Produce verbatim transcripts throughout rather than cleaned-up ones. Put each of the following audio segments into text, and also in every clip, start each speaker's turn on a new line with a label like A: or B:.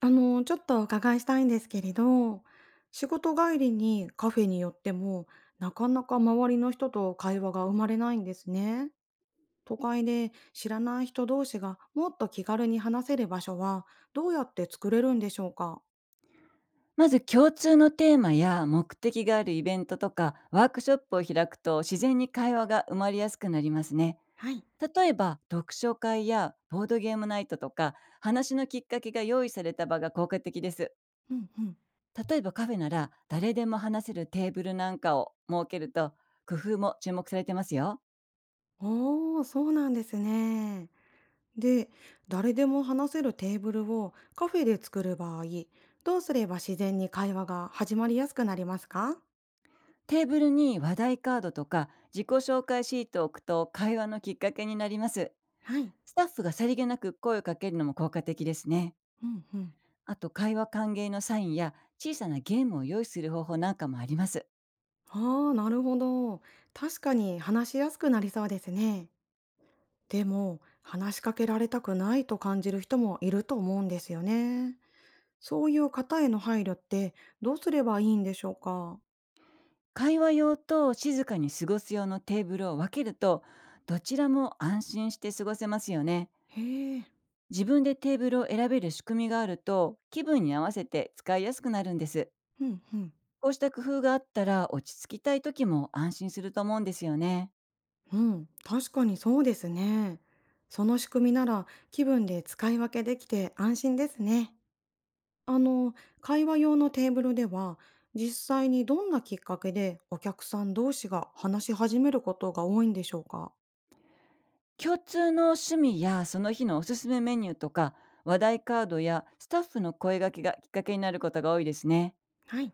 A: あの、ちょっとお伺いしたいんですけれど、仕事帰りにカフェに寄っても、なかなか周りの人と会話が生まれないんですね。都会で知らない人同士がもっと気軽に話せる場所はどうやって作れるんでしょうか？
B: まず共通のテーマや目的があるイベントとかワークショップを開くと自然に会話が生まれやすくなりますね。
A: はい。
B: 例えば読書会やボードゲームナイトとか話のきっかけが用意された場が効果的です。
A: うんうん。
B: 例えばカフェなら誰でも話せるテーブルなんかを設けると工夫も注目されてますよ。
A: おー、そうなんですね。で、誰でも話せるテーブルをカフェで作る場合、どうすれば自然に会話が始まりやすくなりますか？
B: テーブルに話題カードとか自己紹介シートを置くと会話のきっかけになります。
A: はい。
B: スタッフがさりげなく声をかけるのも効果的ですね。
A: うんうん。
B: あと会話歓迎のサインや小さなゲームを用意する方法なんかもあります。
A: ああ、なるほど。確かに話しやすくなりそうですね。でも、話しかけられたくないと感じる人もいると思うんですよね。そういう方への配慮ってどうすればいいんでしょうか？
B: 会話用と静かに過ごす用のテーブルを分けると、どちらも安心して過ごせますよね。
A: へえ、
B: 自分でテーブルを選べる仕組みがあると、気分に合わせて使いやすくなるんです。
A: うん、うん。
B: こうした工夫があったら落ち着きたい時も安心すると思うんですよね。
A: うん、確かにそうですね。その仕組みなら気分で使い分けできて安心ですね。あの、会話用のテーブルでは、実際にどんなきっかけでお客さん同士が話し始めることが多いんでしょうか？
B: 共通の趣味やその日のおすすめメニューとか、話題カードやスタッフの声掛けがきっかけになることが多いですね。
A: はい。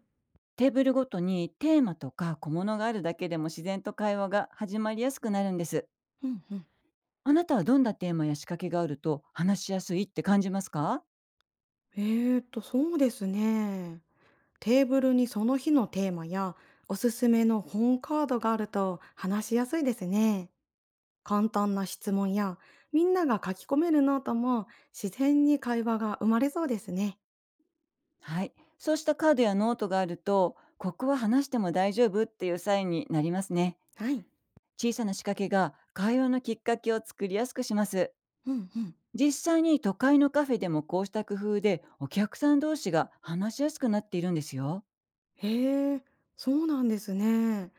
B: テーブルごとにテーマとか小物があるだけでも自然と会話が始まりやすくなるんです。
A: うんうん。
B: あなたはどんなテーマや仕掛けがあると話しやすいって感じますか？
A: えーと、そうですね。テーブルにその日のテーマやおすすめの本カードがあると話しやすいですね。簡単な質問やみんなが書き込めるノートも自然に会話が生まれそうですね。
B: はい。そうしたカードやノートがあると、ここは話しても大丈夫っていうサインになりますね。
A: はい。
B: 小さな仕掛けが会話のきっかけを作りやすくします。
A: うんうん。
B: 実際に都会のカフェでもこうした工夫でお客さん同士が話しやすくなっているんですよ。
A: へえ、そうなんですね。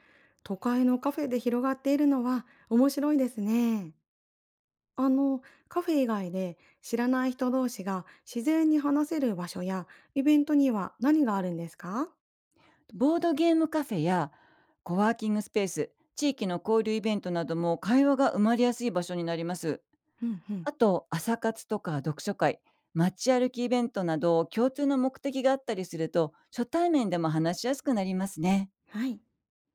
A: 都会のカフェで広がっているのは面白いですね。あの、カフェ以外で知らない人同士が自然に話せる場所やイベントには何があるんですか？
B: ボードゲームカフェやコワーキングスペース、地域の交流イベントなども会話が生まれやすい場所になります。
A: うんうん。
B: あと、朝活とか読書会、街歩きイベントなど共通の目的があったりすると、初対面でも話しやすくなりますね。
A: はい。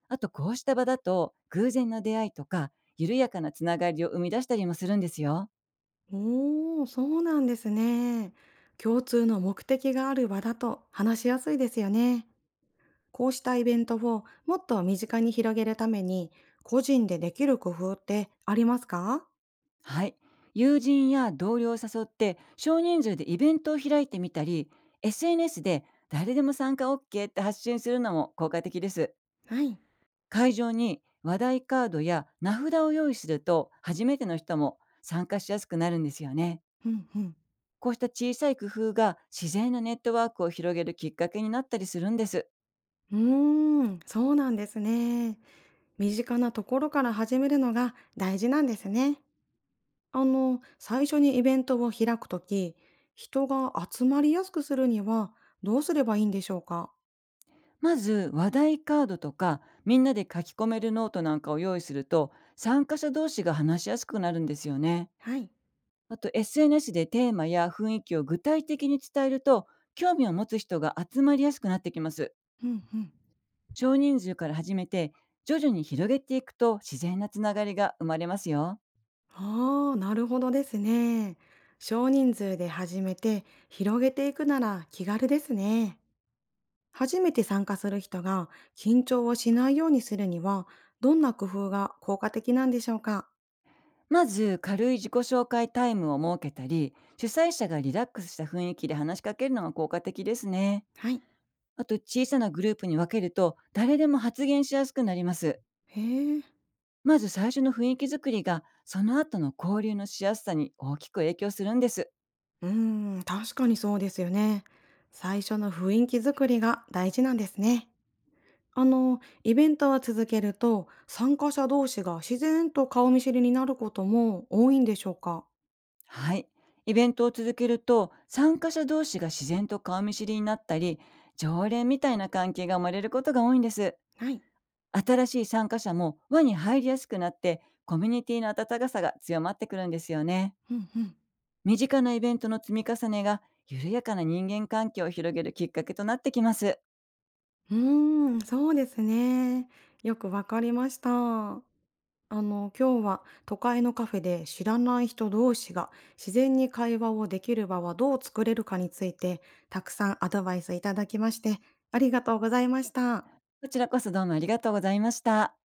B: あと、こうした場だと、偶然の出会いとか、緩やかなつながりを生み出したりもするんですよ。
A: おー、そうなんですね。共通の目的がある場だと話しやすいですよね。こうしたイベントをもっと身近に広げるために個人でできる工夫ってありますか？
B: はい。友人や同僚を誘って少人数でイベントを開いてみたり、エスエヌエス で誰でも参加 オーケー って発信するのも効果的です。
A: はい。
B: 会場に話題カードや名札を用意すると初めての人も参加しやすくなるんですよね。
A: うんうん。
B: こうした小さい工夫が自然なネットワークを広げるきっかけになったりするんです。
A: うーん、そうなんですね。身近なところから始めるのが大事なんですね。あの、最初にイベントを開くとき、人が集まりやすくするにはどうすればいいんでしょうか？
B: まず話題カードとかみんなで書き込めるノートなんかを用意すると参加者同士が話しやすくなるんですよね。
A: はい。
B: あと エスエヌエス でテーマや雰囲気を具体的に伝えると、興味を持つ人が集まりやすくなってきます。
A: うんうん。
B: 少人数から始めて、徐々に広げていくと自然なつながりが生まれますよ。
A: ああ、なるほどですね。少人数で始めて広げていくなら気軽ですね。初めて参加する人が緊張をしないようにするにはどんな工夫が効果的なんでしょうか？
B: まず、軽い自己紹介タイムを設けたり、主催者がリラックスした雰囲気で話しかけるのが効果的ですね。
A: はい。
B: あと、小さなグループに分けると、誰でも発言しやすくなります。
A: へえ、
B: まず最初の雰囲気作りが、その後の交流のしやすさに大きく影響するんです。
A: うーん、確かにそうですよね。最初の雰囲気作りが大事なんですね。あの、イベントは続けると、参加者同士が自然と顔見知りになることも多いんでしょうか？
B: はい。イベントを続けると、参加者同士が自然と顔見知りになったり、常連みたいな関係が生まれることが多いんです。
A: はい。
B: 新しい参加者も輪に入りやすくなって、コミュニティの温かさが強まってくるんですよね。
A: うんうん。
B: 身近なイベントの積み重ねが、緩やかな人間関係を広げるきっかけとなってきます。
A: うーん、そうですね。よくわかりました。あの、今日は都会のカフェで知らない人同士が自然に会話をできる場はどう作れるかについて、たくさんアドバイスいただきまして、ありがとうございました。
B: こちらこそどうもありがとうございました。